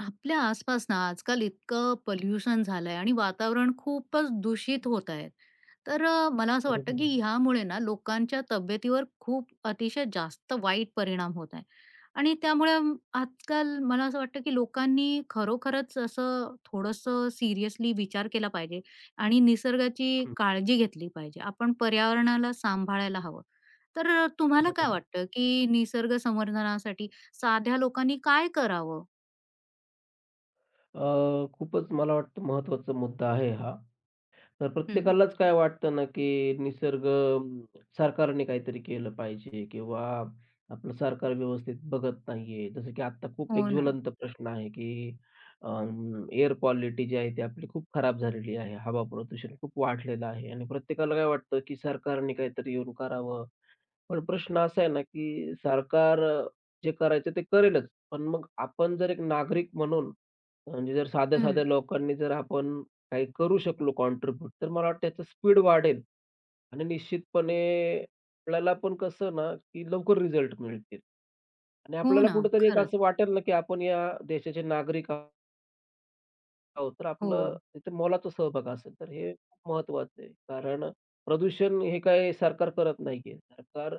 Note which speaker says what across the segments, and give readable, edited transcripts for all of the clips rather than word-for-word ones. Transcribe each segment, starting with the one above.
Speaker 1: आपल्या आसपास ना आजकाल इतकं पॉल्युशन झालंय आणि वातावरण खूपच दूषित होत आहे. तर मला असं
Speaker 2: बरोबर
Speaker 1: वाटतं की
Speaker 2: आहे.
Speaker 1: ह्यामुळे ना लोकांच्या तब्येतीवर खूप अतिशय जास्त वाईट परिणाम होत आहे. आणि त्यामुळे आजकाल मला असं वाटतं की लोकांनी खरोखरच असं थोडंसं सीरियसली विचार केला पाहिजे आणि निसर्गाची
Speaker 2: हं.
Speaker 1: काळजी घेतली पाहिजे. आपण पर्यावरणाला सांभाळायला हवं. तर तुम्हाला काय
Speaker 2: बरोबर.
Speaker 1: वाटतं की निसर्ग संवर्धनासाठी साध्या लोकांनी काय करावं?
Speaker 2: खूपच मला वाटतं महत्त्वाचा मुद्दा आहे हा. तर
Speaker 1: हं.
Speaker 2: प्रत्येकालाच काय वाटतं ना, की निसर्ग सरकारने काहीतरी केलं पाहिजे किंवा आपलं सरकार व्यवस्थित बघत नाहीये. जसं की आता खूप एक
Speaker 1: हो ना.
Speaker 2: ज्वलंत प्रश्न आहे, की एअर क्वालिटी जी आहे ती आपली खूप खराब झालेली आहे. हवा प्रदूषण खूप वाढलेलं आहे आणि प्रत्येकाला काय वाटतं, की सरकारने काहीतरी येऊन करावं. पण प्रश्न असा आहे ना, की सरकार जे करायचं ते करेलच. पण मग आपण जर एक नागरिक म्हणून म्हणजे जर
Speaker 1: हं.
Speaker 2: साध्या-साध्या लोकांनी जर आपण काही करू शकलो कॉन्ट्रिब्यूट, तर मला वाटतं त्याचं स्पीड वाढेल आणि निश्चितपणे आपल्याला पण कसं ना, की लवकर रिझल्ट मिळतील आणि
Speaker 1: हो
Speaker 2: आपल्याला
Speaker 1: ना.
Speaker 2: कुठेतरी एक
Speaker 1: खरंच.
Speaker 2: असं वाटेल ना, की आपण या देशाचे नागरिक आहोत, तर आपलं
Speaker 1: हो.
Speaker 2: तिथे मोलाचा सहभाग असेल. तर हे खूप महत्त्वाचं आहे. कारण प्रदूषण हे काही सरकार करत नाहीये. सरकार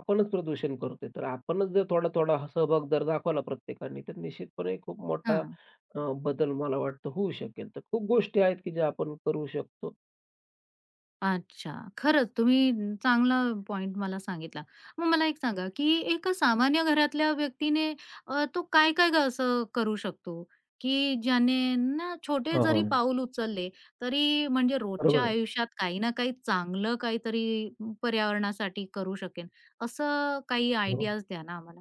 Speaker 2: आपणच प्रदूषण करतोय. तर आपणच जर थोडा-थोडा हा सहभाग जर दाखवला प्रत्येकाने, तर निश्चितपणे खूप मोठा
Speaker 1: हां.
Speaker 2: बदल मला वाटतं होऊ शकेल. तर खूप गोष्टी आहेत की ज्या आपण करू शकतो.
Speaker 1: अच्छा. खरंच तुम्ही चांगला पॉइंट मला सांगितला. मग मला एक सांगा, की एका सामान्य घरातल्या व्यक्तीने तो काय-काय गं असं करू शकतो, की ज्याने ना छोटे
Speaker 2: हां,
Speaker 1: जरी
Speaker 2: हां.
Speaker 1: पाऊल उचलले, तरी म्हणजे
Speaker 2: बरोबर
Speaker 1: रोजच्या
Speaker 2: आहे.
Speaker 1: आयुष्यात काही ना काही चांगलं काहीतरी पर्यावरणासाठी करू शकेन, असं काही
Speaker 2: हो.
Speaker 1: आयडियाज द्या ना आम्हाला?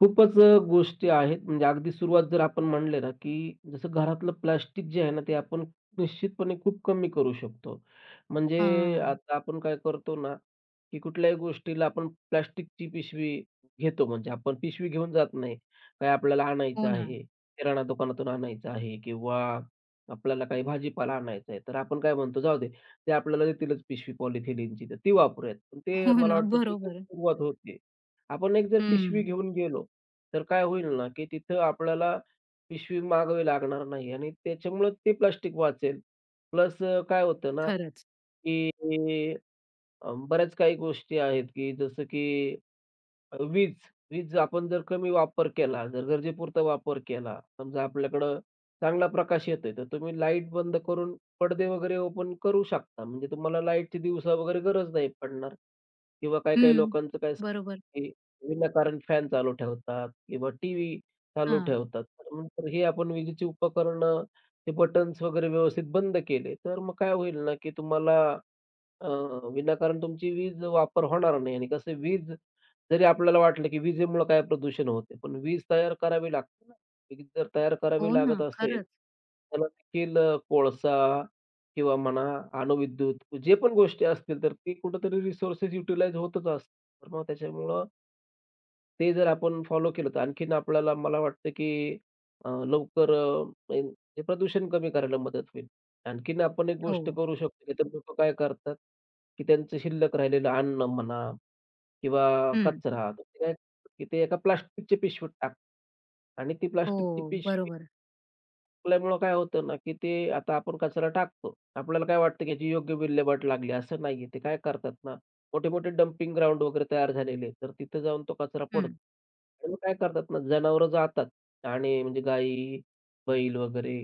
Speaker 2: खूपच गोष्टी आहेत. म्हणजे अगदी सुरुवात जर आपण म्हणले ना, की जसं घरातलं प्लास्टिक जे आहे ना, ते आपण निश्चितपणे खूप कमी करू शकतो. म्हणजे
Speaker 1: हां.
Speaker 2: आता आपण काय करतो ना, की कुठल्याही गोष्टीला आपण प्लास्टिकची पिशवी घेतो. म्हणजे आपण पिशवी घेऊन जात नाही. काय आपल्याला आणायचं
Speaker 1: हो ना.
Speaker 2: आहे, किराणा दुकानातून आणायचं आहे किंवा आपल्याला काही भाजीपाला आणायचा आहे, तर आपण काय म्हणतो, "जाऊ दे, ते आपल्याला देतीलच पिशवी पॉलिथिलिनची, तर ती वापरूयात." पण ते
Speaker 1: हो
Speaker 2: मला
Speaker 1: ना.
Speaker 2: वाटतं तिथेच
Speaker 1: बरोबर.
Speaker 2: सुरुवात होते. आपण एक जर पिशवी
Speaker 1: हं.
Speaker 2: घेऊन गेलो तर काय होईल ना, की तिथं आपल्याला पिशवी मागावी लागणार नाही आणि त्याच्यामुळं ते प्लास्टिक वाचेल. प्लस काय होतं ना,
Speaker 1: खरंच.
Speaker 2: की बऱ्याच काही गोष्टी आहेत, की जसं की वीज. वीज आपण जर कमी वापर केला, जर गरजेपुरता वापर केला, समजा आपल्याकडं चांगला प्रकाश येतोय, तर तुम्ही लाईट बंद करून पडदे वगैरे ओपन करू शकता. म्हणजे तुम्हाला लाईटची दिवसा वगैरे गरज नाही पडणार. किंवा काही-काही
Speaker 1: हं.
Speaker 2: लोकांचं काय असतं,
Speaker 1: बरोबर.
Speaker 2: की विनाकारण फॅन चालू ठेवतात किंवा टीव्ही चालू
Speaker 1: हां.
Speaker 2: ठेवतात. तर नंतर हे आपण विजेची उपकरणं, ते बटन्स वगैरे व्यवस्थित बंद केले, तर मग काय होईल ना, की तुम्हाला अ, विनाकारण तुमची वीज वापर होणार नाही आणि कसं वीज जरी आपल्याला वाटलं, की विजेमुळं काय प्रदूषण होते, पण वीज तयार करावी लागते ना. वीज जर तयार करावी
Speaker 1: हो
Speaker 2: लागत
Speaker 1: ना,
Speaker 2: असेल,
Speaker 1: खरंच.
Speaker 2: त्याला देखील कोळसा किंवा म्हणा अणुविद्युत जे पण गोष्टी असतील, तर ती कुठेतरी रिसोर्सेस युटिलाइज होतच असतात. तर मग त्याच्यामुळं ते जर आपण फॉलो केलं तर आणखीन आपल्याला मला वाटतं, की अ, लवकर अ, म्हणजे हे प्रदूषण कमी करायला मदत होईल. आणखीन आपण एक
Speaker 1: हो.
Speaker 2: गोष्ट करू शकतो, की तर लोकं काय करतात, की त्यांचं शिल्लक राहिलेलं अन्न म्हणा किंवा
Speaker 1: हं.
Speaker 2: कचरा, तर ते काय करतात की ते एका प्लास्टिकच्या पिशवीत टाकतात आणि ती
Speaker 1: हो,
Speaker 2: प्लास्टिकची पिशवी
Speaker 1: बरोबर.
Speaker 2: टाकल्यामुळं काय होतं ना, की ते आता आपण कचरा टाकतो. आपल्याला काय वाटतं, की याची योग्य विल्हेवाट लागली, असं नाहीये. ते काय करतात ना, मोठे-मोठे डंपिंग ग्राउंड वगैरे तयार झालेले आहेत, तर तिथं जाऊन तो कचरा पडतो.
Speaker 1: हं.
Speaker 2: आणि मग काय करतात ना, जनावरं जातात आणि म्हणजे गाई, बैल वगैरे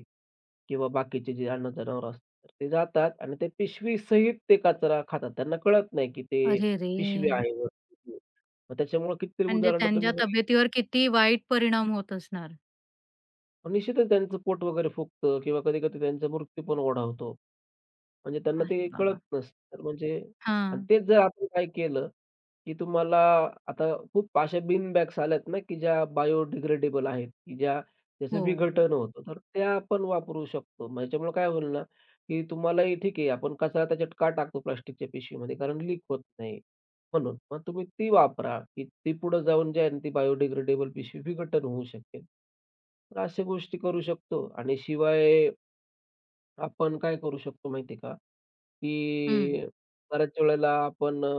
Speaker 2: किंवा बाकीचे जे अन्न जनावरं असतात, तर ते जातात आणि ते पिशवीसहित ते कचरा खातात. त्यांना कळत नाही, की ते
Speaker 1: अरे रे!
Speaker 2: पिशवी आहे वरती. मग त्याच्यामुळे कितीतरी
Speaker 1: म्हणजे
Speaker 2: उदाहरणं
Speaker 1: त्यांच्या
Speaker 2: तुम्ही
Speaker 1: तब्येतीवर किती वाईट परिणाम होत असणार.
Speaker 2: निश्चितच त्यांचं पोट वगैरे फुगतं किंवा कधी-कधी त्यांचा मृत्यू पण ओढावतो. म्हणजे त्यांना
Speaker 1: अरे
Speaker 2: ते कळत
Speaker 1: बाबा!
Speaker 2: नसतं. तर म्हणजे आणि
Speaker 1: हां.
Speaker 2: तेच जर आपण काय केलं, की तुम्हाला आता खूप अशा बीन बॅग्स आल्यात ना, की ज्या बायोडिग्रेडेबल आहेत, की ज्या त्याचं
Speaker 1: हो.
Speaker 2: विघटन होतं. तर त्या आपण वापरू शकतो. मग याच्यामुळे काय होईल ना, की तुम्हालाही ठीक आहे, आपण कचरा त्याच्यात का टाकतो प्लास्टिकच्या पिशवीमध्ये? कारण लीक होत नाही म्हणून. मग तुम्ही ती वापरा, की ती पुढे जाऊन जे आहे ना, ती बायोडिग्रेडेबल पिशवी विघटन होऊ शकेल. तर अशा गोष्टी करू शकतो आणि शिवाय आपण काय करू शकतो माहिती आहे का,
Speaker 1: हं.
Speaker 2: की बऱ्याच वेळेला आपण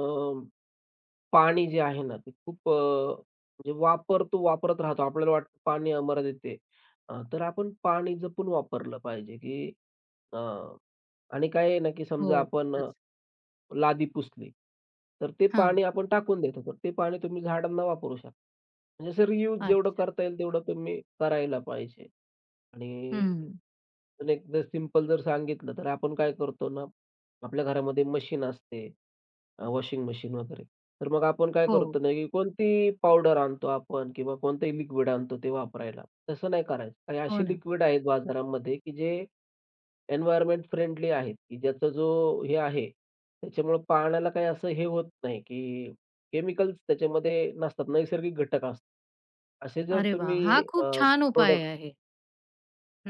Speaker 2: पाणी जे आहे ना, ते खूप म्हणजे वापरतो, वापरत राहतो. आपल्याला वाटतं पाणी अमर्यादित आहे. तर आपण पाणी जपून वापरलं पाहिजे, की अ, आणि काय आहे ना, की
Speaker 1: हो.
Speaker 2: समजा आपण
Speaker 1: खरंच.
Speaker 2: लादी पुसली, तर ते
Speaker 1: हां.
Speaker 2: पाणी आपण टाकून देतो. तर ते पाणी तुम्ही झाडांना वापरू शकता. म्हणजे असं रियूज जेवढं
Speaker 1: अच्छा.
Speaker 2: करता येईल तेवढं तुम्ही करायला पाहिजे आणि
Speaker 1: हं.
Speaker 2: पण एकदम सिंपल जर सांगितलं, तर आपण काय करतो ना, आपल्या घरामध्ये मशीन असते, वॉशिंग मशीन वगैरे. तर मग आपण काय
Speaker 1: हो.
Speaker 2: करतो ना, की कोणतीही पावडर आणतो आपण किंवा कोणतंही लिक्विड आणतो ते वापरायला. तसं नाही करायचं. काही
Speaker 1: हो
Speaker 2: अशी
Speaker 1: ना.
Speaker 2: लिक्विड आहेत बाजारामध्ये, की जे एन्व्हायर्नमेंट फ्रेंडली आहेत, की ज्याचा जो हे आहे, त्याच्यामुळं पाण्याला काही असं हे होत नाही, की केमिकल्स त्याच्यामध्ये नसतात, नैसर्गिक घटक असतात. असे जर
Speaker 1: अरे वाह! हा
Speaker 2: तुम्ही
Speaker 1: खूप छान उपाय
Speaker 2: प्रोडक्ट
Speaker 1: आहे.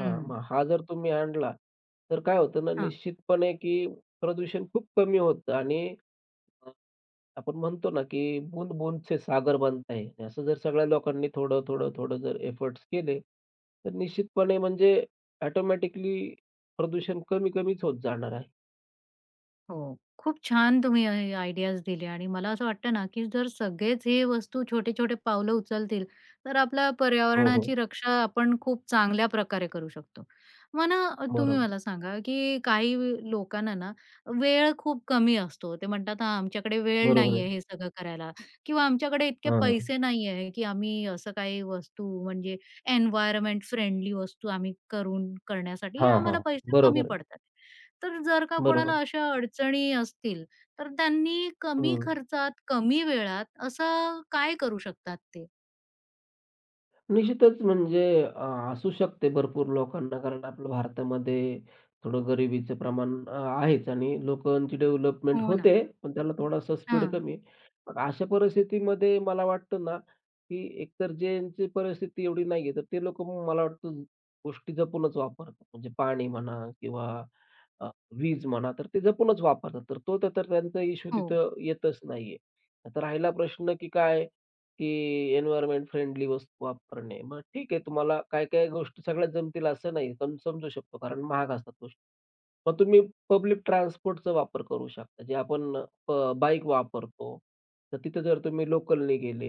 Speaker 2: हां, मग हा जर तुम्ही आणला, तर काय होतं ना
Speaker 1: हां.
Speaker 2: निश्चितपणे, की प्रदूषण खूप कमी होतं आणि अ, आपण म्हणतो ना, की बूंद बूंदसे सागर बनता है. असं जर सगळ्या लोकांनी थोडं, थोडं, थोडं जर एफर्ट्स केले, तर निश्चितपणे म्हणजे ऑटोमॅटिकली प्रदूषण कमी-कमीच होत जाणार आहे.
Speaker 1: हो. खूप छान तुम्ही हे आयडियाज दिल्या आणि मला असं वाटतं ना, की जर सगळेच हे वस्तू छोटे-छोटे पावलं उचलतील, तर आपल्या
Speaker 2: हो, हो.
Speaker 1: पर्यावरणाची रक्षा आपण खूप चांगल्या प्रकारे करू शकतो. मग ना तुम्ही
Speaker 2: बरोबर.
Speaker 1: मला सांगा, की काही लोकांना ना वेळ खूप कमी असतो. ते म्हणतात, "हां, आमच्याकडे वेळ
Speaker 2: बरोबर आहे.
Speaker 1: नाहीये हे सगळं करायला" किंवा "आमच्याकडे इतके
Speaker 2: हां, हां.
Speaker 1: पैसे नाहीये, की आम्ही असं काही वस्तू म्हणजे एन्व्हायर्नमेंट फ्रेंडली वस्तू आम्ही करून करण्यासाठी
Speaker 2: हां, हां.
Speaker 1: आम्हाला पैसे कमी
Speaker 2: बरोबर आहे.
Speaker 1: पडतात." तर जर का
Speaker 2: बरोबर.
Speaker 1: कोणाला अशा अडचणी असतील, तर त्यांनी कमी
Speaker 2: हं.
Speaker 1: खर्चात, कमी वेळात असं काय करू शकतात ते?
Speaker 2: निश्चितच म्हणजे असू शकते भरपूर लोकांना, कारण आपलं भारतामध्ये थोडं गरिबीचं प्रमाण आहेच आणि लोकांची डेव्हलपमेंट
Speaker 1: हो ना.
Speaker 2: होते, पण त्याला थोडासा स्पीड
Speaker 1: हां.
Speaker 2: कमी आहे. मग अशा परिस्थितीमध्ये मला वाटतं ना, की एकतर ज्यांची परिस्थिती एवढी नाहीये, तर ते लोकं मग मला वाटतं गोष्टी जपूनच वापरतात. म्हणजे पाणी म्हणा किंवा अ, वीज म्हणा, तर ते जपूनच वापरतात. तर तो तर तर त्यांचा इश्यू
Speaker 1: हो.
Speaker 2: तिथं येतच नाहीये. आता राहिला प्रश्न की काय की एन्व्हायर्नमेंट फ्रेंडली वस्तू वापरणे. मग ठीक आहे, तुम्हाला काही-काही गोष्टी सगळ्याच जमतील असं नाही. पण समजू शकतो कारण महाग असतात गोष्टी. मग तुम्ही पब्लिक ट्रान्सपोर्टचा वापर करू शकता. जे आपण प बाईक वापरतो, तर तिथं जर तुम्ही लोकलने गेले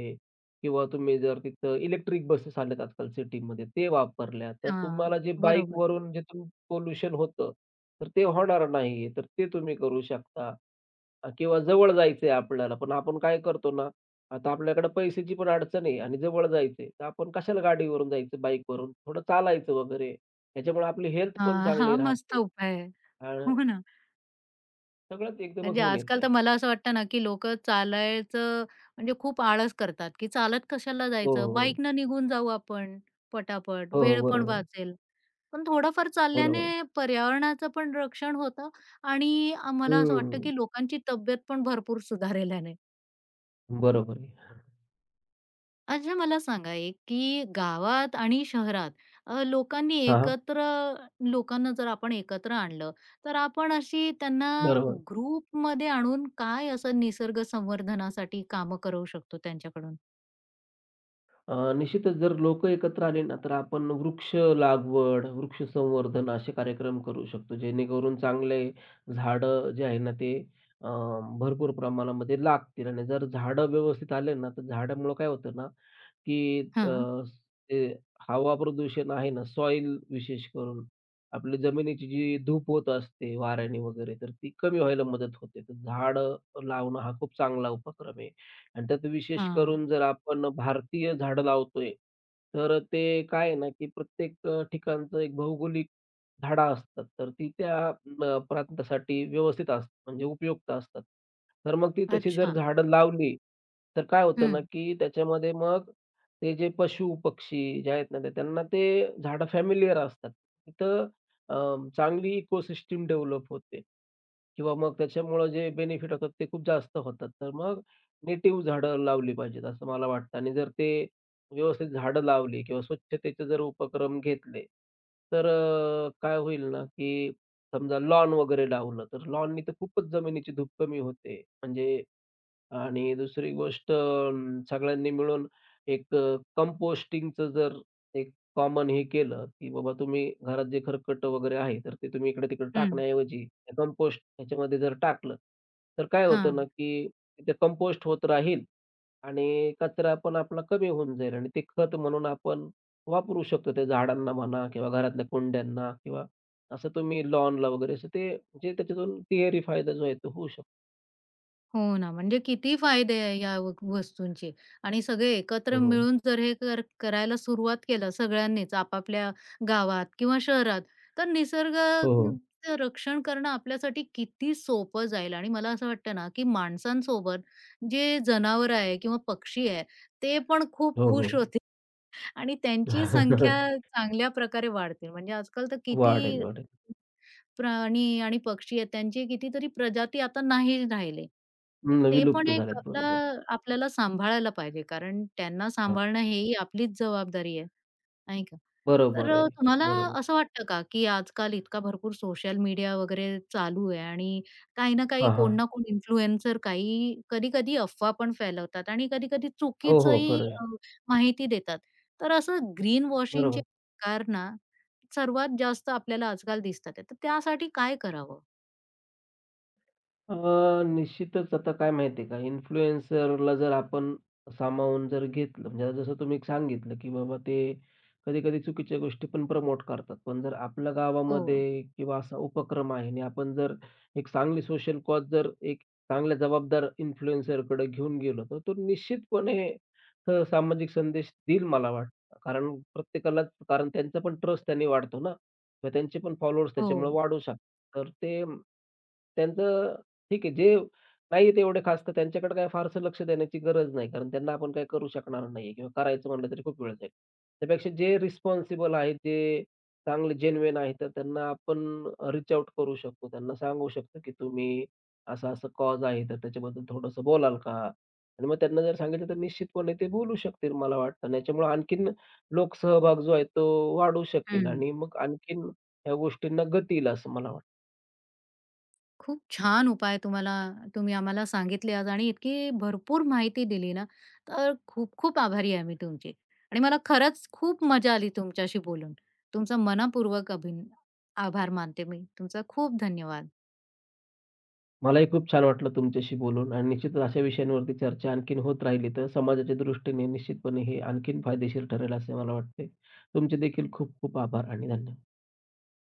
Speaker 2: किंवा तुम्ही जर तिथं इलेक्ट्रिक बसेस आल्यात आजकाल सिटीमध्ये ते वापरल्या, तर
Speaker 1: हां.
Speaker 2: तुम्हाला जे
Speaker 1: बरोबर.
Speaker 2: बाईकवरून जे पोल्युशन होतं, तर ते होणार नाही. तर ते तुम्ही करू शकता. किंवा जवळ जायचंय आपल्याला, पण आपण काय करतो ना, आता आपल्याकडे पैशाची पण अडचण आहे आणि जवळ जायचंय, तर आपण कशाला गाडीवरून जायचं, बाईकवरून? थोडं चालायचं वगैरे. त्याच्यामुळे आपली हेल्थ पण
Speaker 1: हां, हा
Speaker 2: चांगली
Speaker 1: मस्त
Speaker 2: राहते.
Speaker 1: उपाय आहे.
Speaker 2: आणि
Speaker 1: हो ना.
Speaker 2: सगळंच एकदमच
Speaker 1: म्हणजे
Speaker 2: होऊन
Speaker 1: आजकाल
Speaker 2: येतंय
Speaker 1: तर
Speaker 2: असं.
Speaker 1: मला असं वाटतं ना, की लोकं चालायचं म्हणजे खूप आळस करतात, की चालत कशाला जायचं?
Speaker 2: हो,
Speaker 1: बाईकनं निघून जाऊ आपण पटापट,
Speaker 2: हो,
Speaker 1: वेळ पण
Speaker 2: हो.
Speaker 1: वाचेल. पण थोडंफार
Speaker 2: हो, हो. बरोबर बरोबर.
Speaker 1: चालल्याने पर्यावरणाचं पण रक्षण होतं आणि मला असं वाटतं,
Speaker 2: हं.
Speaker 1: की लोकांची तब्येत पण भरपूर सुधारेल.
Speaker 2: बरोबर आहे.
Speaker 1: अच्छा मला सांगा एक, की गावात आणि शहरात लोकांनी
Speaker 2: हां, हां.
Speaker 1: एकत्र लोकांना जर आपण एकत्र आणलं, तर आपण अशी त्यांना
Speaker 2: बरोबर.
Speaker 1: ग्रुपमध्ये आणून काय असं निसर्ग संवर्धनासाठी कामं करवू शकतो त्यांच्याकडून?
Speaker 2: निश्चितच जर लोक एकत्र आले ना, तर आपण वृक्ष लागवड, वृक्ष संवर्धन असे कार्यक्रम करू शकतो. जेणेकरून चांगले झाडं जे आहे ना, ते अ, भरपूर प्रमाणामध्ये लागतील आणि जर झाडं व्यवस्थित आले ना, तर झाडामुळं काय होतं ना, की
Speaker 1: हां,
Speaker 2: ते हवा प्रदूषण आहे ना, सॉईल विशेष करून आपली जमिनीची जी धूप होत असते वाऱ्याने वगैरे, तर ती कमी व्हायला मदत होते. तर झाडं लावणं हा खूप चांगला उपक्रम आहे. आणि त्यात विशेष
Speaker 1: हां.
Speaker 2: करून जर आपण भारतीय झाडं लावतोय, तर ते काय आहे ना, की प्रत्येक ठिकाणचं एक भौगोलिक झाडं असतात. तर ती त्या प्रांतासाठी व्यवस्थित असतात, म्हणजे उपयुक्त असतात. तर मग ती तशी जर
Speaker 1: अच्छा.
Speaker 2: झाडं लावली, तर काय होतं ना,
Speaker 1: हं,
Speaker 2: की त्याच्यामध्ये मग ते जे पशु-पक्षी जे आहेत ना, तर त्यांना ते झाडं फॅमिलिअर असतात. तिथं अ, चांगली इकोसिस्टम डेव्हलप होते किंवा मग त्याच्यामुळं जे बेनिफिट होतात ते खूप जास्त होतात. तर मग नेटिव्ह झाडं लावली पाहिजेत असं मला वाटतं आणि जर ते व्यवस्थित झाडं लावली किंवा स्वच्छतेचे जर उपक्रम घेतले, तर काय होईल ना, की समजा लॉन वगैरे लावलं, तर लॉननी तर खूपच जमिनीची धूप कमी होते. म्हणजे आणि दुसरी गोष्ट अं, सगळ्यांनी मिळून एक कंपोस्टिंगचं जर एक कॉमन हे केलं, की बाबा तुम्ही घरात जे खरकट वगैरे आहे, तर ते तुम्ही इकडे-तिकडे
Speaker 1: हं.
Speaker 2: टाकण्याऐवजी कंपोस्ट ह्याच्यामध्ये जर टाकलं, तर काय होतं ना,
Speaker 1: हां.
Speaker 2: की ते कंपोस्ट होत राहील आणि कचरा पण आपला कमी होऊन जाईल आणि ते खत म्हणून आपण वापरू शकतो. ते झाडांना म्हणा किंवा घरातल्या कुंड्यांना किंवा असं तुम्ही लॉनला वगैरे असं ते म्हणजे त्याच्यातून तिहेरी फायदा जो आहे तो होऊ शकतो.
Speaker 1: हो ना, म्हणजे किती फायदे आहे या व वस्तूंचे आणि सगळे एकत्र
Speaker 2: हो, हो.
Speaker 1: मिळून जर हे कर करायला सुरुवात केलं सगळ्यांनीच आपापल्या गावात किंवा शहरात, तर
Speaker 2: हो, हो.
Speaker 1: निसर्गाचं रक्षण करणं आपल्यासाठी किती सोपं जाईल आणि मला असं वाटतं ना, की माणसांसोबत जे जनावरं आहे किंवा पक्षी आहे, ते पण खूप
Speaker 2: हो, हो.
Speaker 1: खुश होतील आणि त्यांची संख्या चांगल्या प्रकारे वाढते. म्हणजे आजकाल तर
Speaker 2: वाढेल,
Speaker 1: किती
Speaker 2: वाढेल.
Speaker 1: प्राणी आणि पक्षी आहेत त्यांची कितीतरी प्रजाती आता नाही राहिले. तर
Speaker 2: अं,
Speaker 1: ते पण
Speaker 2: विलुप्त
Speaker 1: एक
Speaker 2: झाल्यात.
Speaker 1: आपला
Speaker 2: बरोबर.
Speaker 1: आपल्याला सांभाळायला पाहिजे कारण त्यांना
Speaker 2: हां.
Speaker 1: सांभाळणं हेही आपलीच जबाबदारी आहे. नाही का? तर
Speaker 2: बरोबर आहे.
Speaker 1: तुम्हाला
Speaker 2: बरोबर.
Speaker 1: असं वाटतं का, की आजकाल इतका भरपूर सोशल मीडिया वगैरे चालू आहे आणि काही ना काही
Speaker 2: हां,
Speaker 1: कोण
Speaker 2: हां.
Speaker 1: ना कोण इन्फ्लुएन्सर काही कधी-कधी अफवा पण फैलवतात आणि कधी-कधी
Speaker 2: हो, हो.
Speaker 1: चुकीचंही
Speaker 2: खरं आहे.
Speaker 1: माहिती देतात. तर असं ग्रीन वॉशिंगचे
Speaker 2: बरोबर.
Speaker 1: प्रकार ना, सर्वात जास्त आपल्याला आजकाल दिसतात आहे. तर त्यासाठी काय करावं?
Speaker 2: अ, निश्चितच आता काय माहिती आहे का, इन्फ्लुएन्सरला जर आपण सामावून जर घेतलं, म्हणजे आता जसं तुम्ही सांगितलं, की बाबा ते कधी-कधी चुकीच्या गोष्टी पण प्रमोट करतात. पण जर आपल्या
Speaker 1: हो.
Speaker 2: गावामध्ये किंवा असा उपक्रम आहे आणि आपण जर एक चांगली सोशल कॉज जर एक चांगल्या जबाबदार इन्फ्लुएन्सरकडे घेऊन गेलो, तर तो निश्चितपणे सामाजिक संदेश देईल मला वाटतं. कारण प्रत्येकालाच कारण त्यांचा पण ट्रस्ट त्यांनी वाढतो ना, मग त्यांचे पण फॉलोअर्स
Speaker 1: हो.
Speaker 2: त्याच्यामुळे वाढू शकतात. तर ते त्यांचं ठीक आहे. जे नाही येत एवढे खास तर त्यांच्याकडे काही फारसं लक्ष देण्याची गरज नाही. कारण त्यांना आपण काही करू शकणार नाही किंवा करायचं म्हटलं तरी खूप वेळ जाईल. त्यापेक्षा जे रिस्पॉन्सिबल आहेत, जे चांगले जेन्युइन आहेत, तर त्यांना आपण रीच आउट करू शकतो. त्यांना सांगू शकतो, की तुम्ही असं-असं कॉज आहे, तर त्याच्याबद्दल थोडंसं बोलाल का? आणि मग त्यांना जर सांगितलं, तर निश्चितपणे ते बोलू शकतील मला वाटतं. आणि याच्यामुळे आणखीन लोकसहभाग जो आहे तो वाढू शकेल
Speaker 1: हं.
Speaker 2: आणि मग आणखीन ह्या गोष्टींना गती येईल असं मला वाटतं.
Speaker 1: खूप छान उपाय तुम्हाला तुम्ही आम्हाला सांगितले आज आणि इतकी भरपूर माहिती दिली ना, तर खूप खूप आभारी आहे मी तुमची. आणि मला खरंच खूप मजा आली तुमच्याशी बोलून. तुमचा मनःपूर्वक अभिन आभार मानते मी. तुमचा खूप धन्यवाद.
Speaker 2: मलाही खूप छान वाटलं तुमच्याशी बोलून आणि निश्चितच अशा विषयांवरती चर्चा आणखीन होत राहिली तर समाजाच्या दृष्टीने निश्चितपणे हे आणखीन फायदेशीर ठरेल असे मला वाटते. तुमचे देखील खूप खूप आभार आणि धन्यवाद.